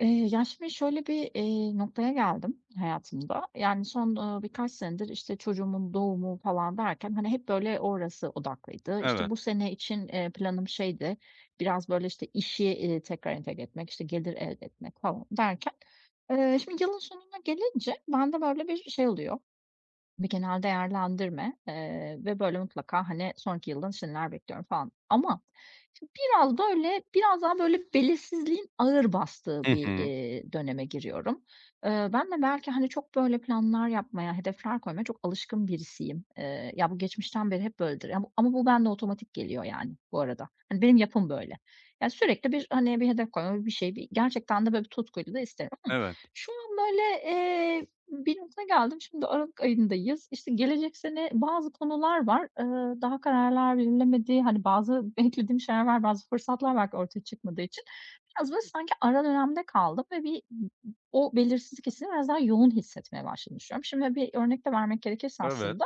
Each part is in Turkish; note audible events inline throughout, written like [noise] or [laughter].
Şimdi şöyle bir, noktaya geldim hayatımda. Yani, son, birkaç senedir, işte, çocuğumun doğumu falan derken, hani, hep böyle orası odaklıydı. Evet. İşte, bu sene için, planım şeydi, biraz böyle, işte, işi, tekrar entegre etmek, işte, gelir elde etmek falan derken, şimdi yılın sonuna gelince bende böyle bir şey oluyor, bir genel değerlendirme, ve böyle mutlaka, hani, sonraki yıldan şimdiler bekliyorum falan ama şimdi biraz böyle, biraz daha böyle belirsizliğin ağır bastığı Hı bir, hı. Döneme giriyorum. Ben de belki, hani, çok böyle planlar yapmaya, hedefler koymaya çok alışkın birisiyim. Bu geçmişten beri hep böyledir. Ya, ama bu bende otomatik geliyor yani bu arada. Hani, benim yapım böyle. Ya, sürekli bir, hani, bir hedef koyma, bir şey, bir gerçekten de böyle bir tutkuyla da isterim ama Evet, şu an böyle, bir nota geldim. Şimdi aralık ayındayız. İşte gelecek sene bazı konular var. Daha kararlar verilemedi. Hani bazı [laughs] beklediğim şeyler var, bazı fırsatlar belki ortaya çıkmadığı için biraz böyle sanki ara dönemde kaldım ve bir o belirsizlik hissini biraz daha yoğun hissetmeye başladığını düşünüyorum. Şimdi bir örnek de vermek gerekirse evet. aslında,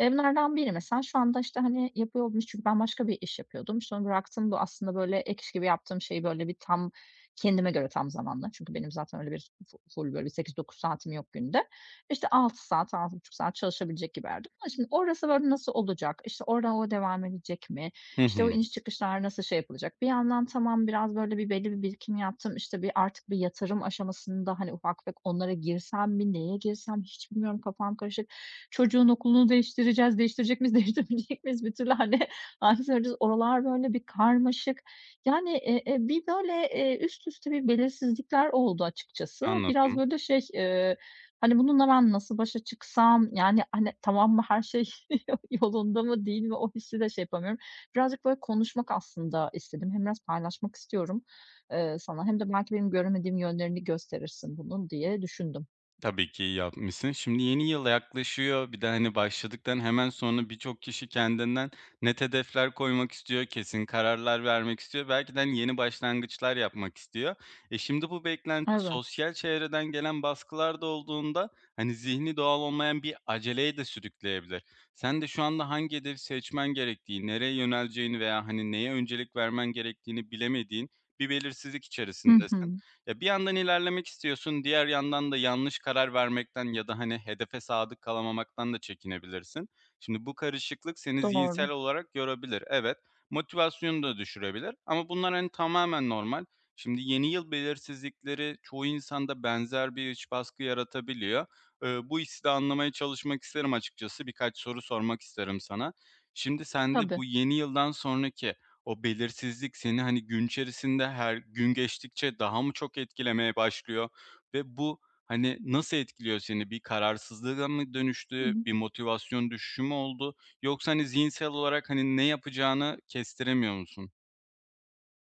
bunlardan biri mesela şu anda, işte, hani, yapıyor olduğum çünkü ben başka bir iş yapıyordum. İşte, onu bıraktım. Bu aslında böyle ek iş gibi yaptığım şeyi böyle bir tam kendime göre tam zamanlı. Çünkü benim zaten öyle bir full böyle bir sekiz dokuz saatim yok günde. İşte 6 saat, altı buçuk saat çalışabilecek gibiydim ama şimdi orası böyle nasıl olacak? İşte oradan o devam edecek mi? Hı İşte o hı. iniş çıkışlar nasıl şey yapılacak? Bir yandan tamam biraz böyle bir belli bir birikim yaptım. İşte bir artık bir yatırım aşamasında hani ufak tefek onlara girsem mi, neye girsem hiç bilmiyorum kafam karışık. Çocuğun okulunu değiştireceğiz, değiştirecek miyiz, [laughs] değiştirmeyecek miyiz? Bir türlü hani [laughs] hangisi vereceğiz? Oralar böyle bir karmaşık. Yani, bir böyle, üst üste bir belirsizlikler oldu açıkçası. Biraz Anladım. böyle şey, hani, bununla ben nasıl başa çıksam? Yani, hani, tamam mı, her şey [laughs] yolunda mı, değil mi? O hissi de şey yapamıyorum. Birazcık böyle konuşmak aslında istedim. Hem biraz paylaşmak istiyorum, sana hem de belki benim göremediğim yönlerini gösterirsin bunun diye düşündüm. Tabii ki iyi yapmışsın. Şimdi yeni yıl yaklaşıyor. Bir de, hani, başladıktan hemen sonra birçok kişi kendinden net hedefler koymak istiyor, kesin kararlar vermek istiyor. Belki de, hani, yeni başlangıçlar yapmak istiyor. E, şimdi bu beklenti Evet. sosyal çevreden gelen baskılar da olduğunda, hani, zihni doğal olmayan bir aceleye de sürükleyebilir. Sen de şu anda hangi hedefi seçmen gerektiği, nereye yöneleceğini veya, hani, neye öncelik vermen gerektiğini bilemediğin bir belirsizlik Hı içerisindesin. hı. Ya, bir yandan ilerlemek istiyorsun, diğer yandan da yanlış karar vermekten ya da, hani, hedefe sadık kalamamaktan da çekinebilirsin. Şimdi bu karışıklık seni zihinsel Doğru. olarak yorabilir. Evet, motivasyonunu da düşürebilir ama bunlar, hani, tamamen normal. Şimdi yeni yıl belirsizlikleri çoğu insanda benzer bir iç baskı yaratabiliyor. Bu hissi de anlamaya çalışmak isterim açıkçası. Birkaç soru sormak isterim sana. Şimdi sende Tabii. bu yeni yıldan sonraki o belirsizlik seni, hani, gün içerisinde her gün geçtikçe daha mı çok etkilemeye başlıyor ve bu, hani, nasıl etkiliyor seni? Bir kararsızlığa mı Hı dönüştü, hı. bir motivasyon düşüşü mü oldu yoksa, hani, zihinsel olarak, hani, ne yapacağını kestiremiyor musun?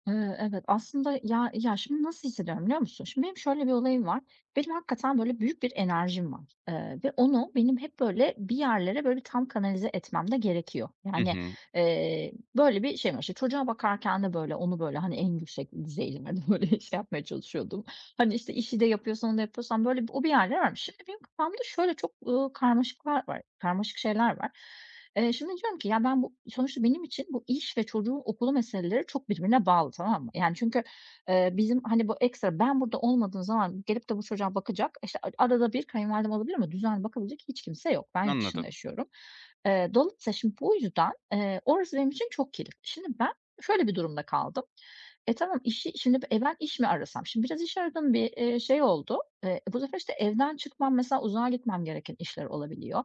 Evet, aslında ya, şimdi nasıl hissediyorum biliyor musun? Şimdi benim şöyle bir olayım var. Benim hakikaten böyle büyük bir enerjim var, ve onu benim hep böyle bir yerlere böyle bir tam kanalize etmem de gerekiyor. Hı Yani, hı, eee, böyle bir şeyim var. İşte çocuğa bakarken de böyle onu böyle, hani, en yüksek düzeylerde [laughs] böyle şey yapmaya çalışıyordum. Hani, işte, işi de yapıyorsan, onu da yapıyorsan böyle o bir yerlere varmış. Şimdi benim kafamda şöyle çok, karmaşıklar var, karmaşık şeyler var. Şimdi diyorum ki ya ben bu sonuçta benim için bu iş ve çocuğun okulu meseleleri çok birbirine bağlı, tamam mı? Yani çünkü, bizim, hani, bu ekstra ben burada olmadığım zaman gelip de bu çocuğa bakacak, işte, arada bir kayınvalidem olabilir ama düzenli bakabilecek hiç kimse yok. Ben yurt dışında anladım. yaşıyorum. Dolayısıyla şimdi bu yüzden, orası benim için çok kilit. Şimdi ben şöyle bir durumda kaldım. Tamam, işi şimdi, ben iş mi arasam? Şimdi biraz iş aradığım bir, şey oldu. Bu sefer, işte, evden çıkmam, mesela uzağa gitmem gereken işler olabiliyor.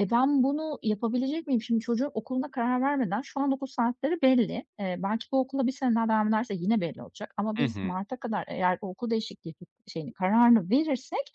Ben bunu yapabilecek miyim? Şimdi çocuğun okuluna karar vermeden şu an okul saatleri belli. Belki bu okula bir sene daha devam ederse yine belli olacak ama Hı biz hı, marta kadar eğer o okul değişikliği şeyini, kararını verirsek,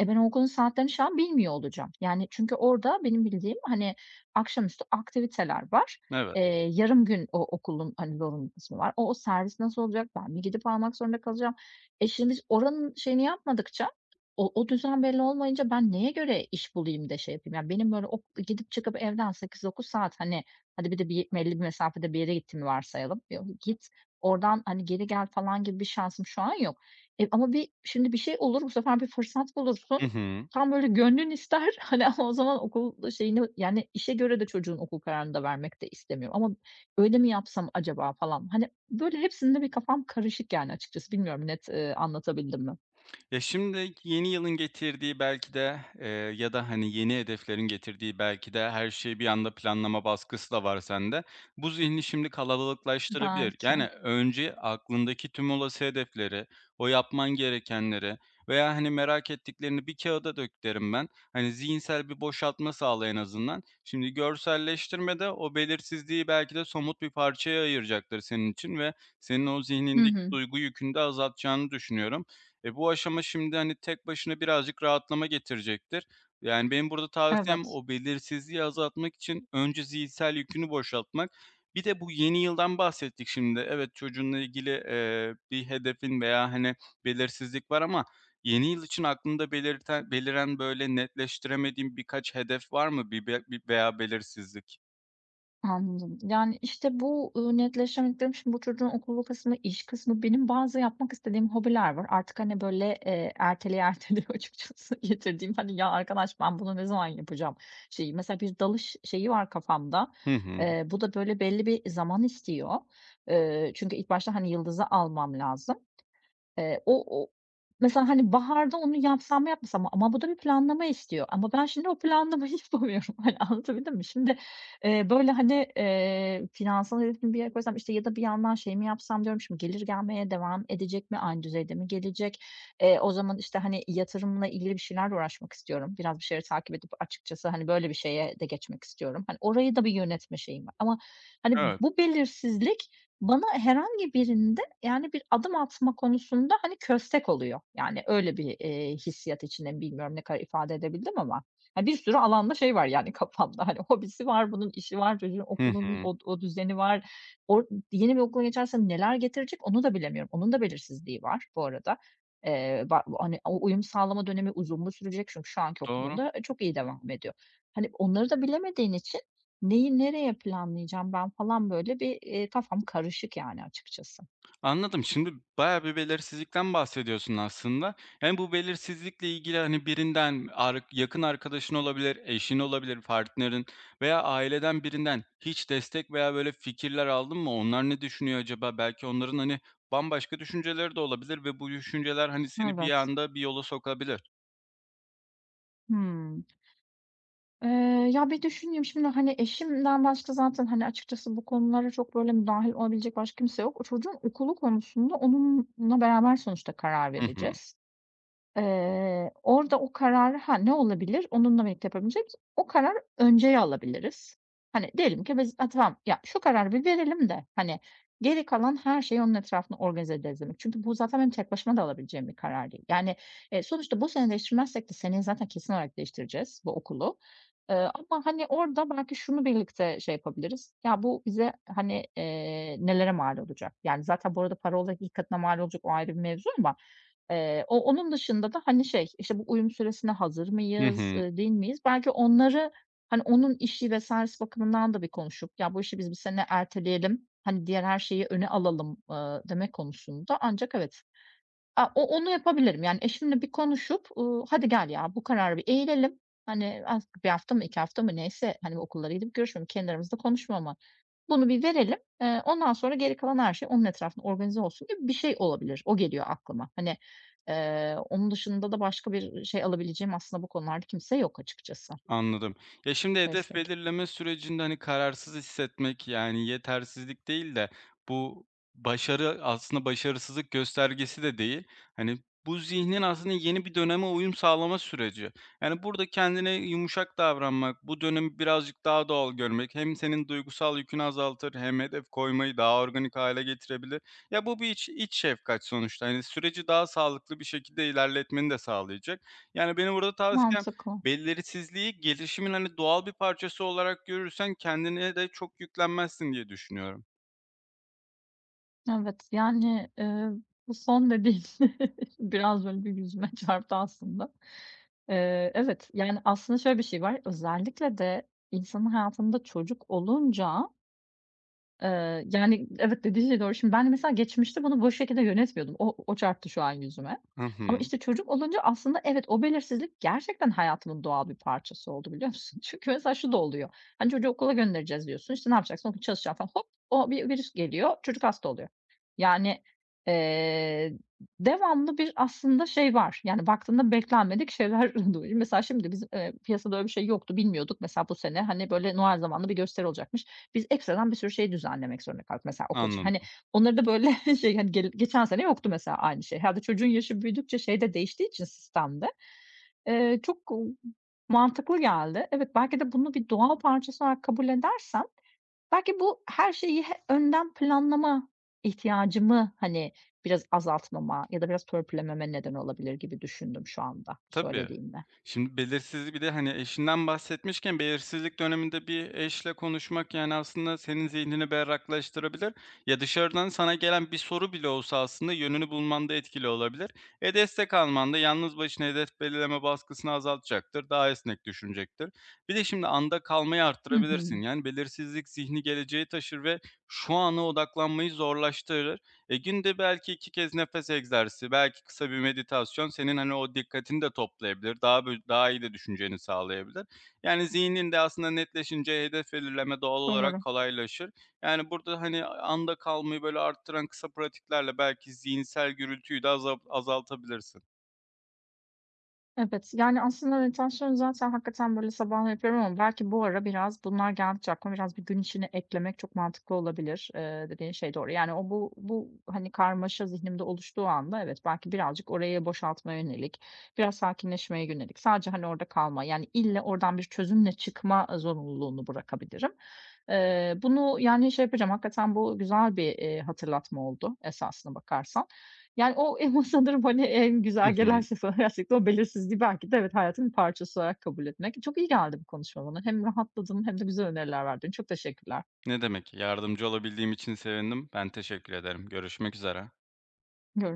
ben o okulun saatlerini şu an bilmiyor olacağım. Yani çünkü orada benim bildiğim, hani, akşamüstü aktiviteler var. evet. Yarım gün o okulun, hani, zorunlu kısmı var. O servis nasıl olacak? Ben mi gidip almak zorunda kalacağım? Şimdi biz oranın şeyini yapmadıkça, o düzen belli olmayınca ben neye göre iş bulayım da şey yapayım? Yani, benim böyle ok gidip çıkıp evden sekiz dokuz saat, hani, hadi bir de bir belli bir mesafede bir yere gittiğimi varsayalım. Yo git, oradan, hani, geri gel falan gibi bir şansım şu an yok. Ama bir şimdi bir şey olur, bu sefer bir fırsat Hı bulursun. hı. Tam böyle gönlün ister, [laughs] hani, ama o zaman okul şeyini, yani, işe göre de çocuğun okul kararını da vermek de istemiyorum ama öyle mi yapsam acaba falan. Hani, böyle hepsinde bir kafam karışık yani açıkçası. Bilmiyorum net, anlatabildim mi? Ya, şimdi yeni yılın getirdiği belki de, ya da, hani, yeni hedeflerin getirdiği belki de her şeyi bir anda planlama baskısı da var sende. Bu zihni şimdi kalabalıklaştırabilir. Belki. Yani, önce aklındaki tüm olası hedefleri, o yapman gerekenleri veya, hani, merak ettiklerini bir kağıda dök derim ben. Hani, zihinsel bir boşaltma sağla en azından. Şimdi görselleştirmede o belirsizliği belki de somut bir parçaya ayıracaktır senin için ve senin o Hı zihnindeki hı. duygu yükünü de azaltacağını düşünüyorum. E, bu aşama şimdi, hani, tek başına birazcık rahatlama getirecektir. Yani, benim burada tavsiyem Evet. o belirsizliği azaltmak için önce zihinsel yükünü boşaltmak. Bir de bu yeni yıldan bahsettik şimdi. Evet, çocuğunla ilgili, bir hedefin veya, hani, belirsizlik var ama yeni yıl için aklında belirten beliren, böyle, netleştiremediğin birkaç hedef var mı? Bir veya belirsizlik? Anladım. Yani, işte, bu, netleşemediklerim. Şimdi bu çocuğun okulu kısmı, iş kısmı, benim bazı yapmak istediğim hobiler var. Artık, hani, böyle, erteleye erteleye [laughs] açıkçası getirdiğim, hani, "Ya arkadaş ben bunu ne zaman yapacağım?" şeyi. Mesela bir dalış şeyi var kafamda. Hı hı. Bu da böyle belli bir zaman istiyor. Çünkü ilk başta, hani, yıldızı almam lazım. O o mesela, hani, baharda onu yapsam mı yapmasam mı? Ama bu da bir planlama istiyor. Ama ben şimdi o planlamayı [laughs] yapamıyorum. Hani, anlatabildim mi? Şimdi, finansal hedefimi bir yere koysam, işte, ya da bir yandan şey mi yapsam diyorum şimdi gelir gelmeye devam edecek mi? Aynı düzeyde mi gelecek? O zaman, işte, hani, yatırımla ilgili bir şeylerle uğraşmak istiyorum. Biraz bir şeyleri takip edip açıkçası, hani, böyle bir şeye de geçmek istiyorum. Hani, orayı da bir yönetme şeyim var. Ama, hani, Evet. bu belirsizlik bana herhangi birinde yani, bir adım atma konusunda, hani, köstek oluyor. Yani, öyle bir, hissiyat içindeyim. Bilmiyorum ne kadar ifade edebildim ama, hani, bir sürü alanda şey var, yani, [laughs] kafamda. Hani, hobisi var, bunun işi var, çocuğun Hı okulunun hı. o düzeni var. Or Yeni bir okula geçersem neler getirecek onu da bilemiyorum. Onun da belirsizliği var bu arada. Ba hani, o uyum sağlama dönemi uzun mu sürecek? Çünkü şu anki Doğru. okulunda, çok iyi devam ediyor. Hani, onları da bilemediğin için neyi nereye planlayacağım ben falan, böyle, bir, kafam karışık, yani, açıkçası. Anladım. Şimdi bayağı bir belirsizlikten bahsediyorsun aslında. Yani bu belirsizlikle ilgili, hani, birinden, yakın arkadaşın olabilir, eşin olabilir, partnerin veya aileden birinden hiç destek veya böyle fikirler aldın mı? Onlar ne düşünüyor acaba? Belki onların, hani, bambaşka düşünceleri de olabilir ve bu düşünceler, hani, seni bir Evet. anda bir yola sokabilir. hmm Eee, bir düşüneyim şimdi, hani, eşimden başka zaten, hani, açıkçası bu konulara çok böyle müdahil olabilecek başka kimse yok. O çocuğun okulu konusunda onunla beraber sonuçta karar Hı hı. vereceğiz. Orada o kararı, ha, ne olabilir? Onunla birlikte yapabilecek o karar önceye alabiliriz. Hani, diyelim ki biz, "A, tamam, ya, şu kararı bir verelim de, hani, geri kalan her şeyi onun etrafında organize ederiz." demek. Çünkü bu zaten benim tek başıma da alabileceğim bir karar değil. Yani, sonuçta bu sene değiştirmezsek de seneye zaten kesin olarak değiştireceğiz bu okulu. Ama, hani, orada belki şunu birlikte şey yapabiliriz. Ya, bu bize, hani, nelere mal olacak? Yani, zaten bu arada para olarak ilk katına mal olacak, o ayrı bir mevzu ama o onun dışında da, hani, şey, işte, bu uyum süresine hazır Hı mıyız, hı. Değil miyiz? Belki onları, hani, onun işi vs. bakımından da bir konuşup, "Ya, bu işi biz bir sene erteleyelim, hani, diğer her şeyi öne alalım." Demek konusunda ancak evet, A, o onu yapabilirim. Yani eşimle bir konuşup, "Hadi gel ya, bu karara bir eğilelim." Hani, az 1 hafta mı 2 hafta mı neyse, hani, okullara gidip görüşmüyorum, kendi aramızda konuşma ama. Bunu bir verelim, ondan sonra geri kalan her şey onun etrafında organize olsun gibi bir şey olabilir. O geliyor aklıma. Hani, onun dışında da başka bir şey alabileceğim aslında bu konularda kimse yok açıkçası. Anladım. Ya, şimdi hedef Destek. belirleme sürecinde, hani, kararsız hissetmek, yani, yetersizlik değil de bu başarı aslında başarısızlık göstergesi de değil. Hani, bu zihnin aslında yeni bir döneme uyum sağlama süreci. Yani, burada kendine yumuşak davranmak, bu dönemi birazcık daha doğal görmek hem senin duygusal yükünü azaltır hem hedef koymayı daha organik hale getirebilir. Ya, bu bir iç şefkat sonuçta. Hani, süreci daha sağlıklı bir şekilde ilerletmeni de sağlayacak. Yani, benim burada tavsiyem Mantıklı. belirsizliği gelişimin, hani, doğal bir parçası olarak görürsen kendine de çok yüklenmezsin diye düşünüyorum. Evet, bu son dediğin [laughs] biraz böyle bir yüzüme [laughs] çarptı aslında. Evet, yani, aslında şöyle bir şey var, özellikle de insanın hayatında çocuk olunca. Yani, evet, dediğin şey doğru. Şimdi ben de mesela geçmişte bunu bu şekilde yönetmiyordum. O çarptı şu an yüzüme. Hı hı. Ama, işte, çocuk olunca aslında evet, o belirsizlik gerçekten hayatımın doğal bir parçası oldu, biliyor musun? [laughs] Çünkü mesela şu da oluyor. Hani, çocuğu okula göndereceğiz diyorsun, işte, ne yapacaksın? Okul çalışacağım falan. Hop, o bir virüs geliyor, çocuk hasta oluyor. Yani, eee, devamlı bir aslında şey var. Yani, baktığında beklenmedik şeyler [laughs] [unintelligible] Mesela şimdi bizim, piyasada öyle bir şey yoktu, bilmiyorduk. Mesela bu sene, hani, böyle Noel zamanlı bir gösteri olacakmış biz ekstradan bir sürü şey düzenlemek zorunda kaldık mesela okul için. Hani Anladım. onları da böyle [laughs] şey, hani, gel geçen sene yoktu mesela aynı şey. Herhâlde çocuğun yaşı büyüdükçe şey de değiştiği için sistemde, çok mantıklı geldi. Evet, belki de bunu bir doğa parçası olarak kabul edersem belki bu her şeyi he önden planlama ihtiyacımı, hani, biraz azaltmama ya da biraz törpülememe neden olabilir gibi düşündüm şu anda bu Tabii. söylediğinle. Şimdi belirsizlik bir de, hani, eşinden bahsetmişken belirsizlik döneminde bir eşle konuşmak, yani, aslında senin zihnini berraklaştırabilir ya dışarıdan sana gelen bir soru bile olsa aslında yönünü bulmanda etkili olabilir. E, destek alman da yalnız başına hedef belirleme baskısını azaltacaktır, daha esnek düşünecektir. Bir de şimdi anda kalmayı Hı arttırabilirsin. hı. Yani, belirsizlik zihni geleceğe taşır ve şu ana odaklanmayı zorlaştırır. E, günde belki 2 kez nefes egzersizi, belki kısa bir meditasyon senin, hani, o dikkatini de toplayabilir, daha iyi de düşünceni sağlayabilir. Yani zihnin de aslında netleşince hedef belirleme doğal olarak Doğru. kolaylaşır. Yani burada, hani, anda kalmayı, böyle, arttıran kısa pratiklerle belki zihinsel gürültüyü de azaltabilirsin. Evet, yani, aslında meditasyon zaten hakikaten, böyle, sabahları yapıyorum ama belki bu ara biraz bunlar geldikçe aklıma biraz bir gün içine eklemek çok mantıklı olabilir. Dediğin şey doğru. Yani, o bu, hani, karmaşa zihnimde oluştuğu anda evet, belki birazcık orayı boşaltmaya yönelik, biraz sakinleşmeye yönelik, sadece, hani, orada kalma, yani, ille oradan bir çözümle çıkma, zorunluluğunu bırakabilirim. Bunu, yani, şey yapacağım, hakikaten bu güzel bir, hatırlatma oldu esasına bakarsan. Yani, o [laughs] emo sanırım, hani, en Hı güzel hı. gelen şey sana [laughs] gerçekten o belirsizliği belki de evet, hayatın bir parçası olarak kabul etmek. Çok iyi geldi bu konuşma bana. Hem rahatladım hem de güzel öneriler verdin. Çok teşekkürler. Ne demek, yardımcı olabildiğim için sevindim. Ben teşekkür ederim. Görüşmek üzere.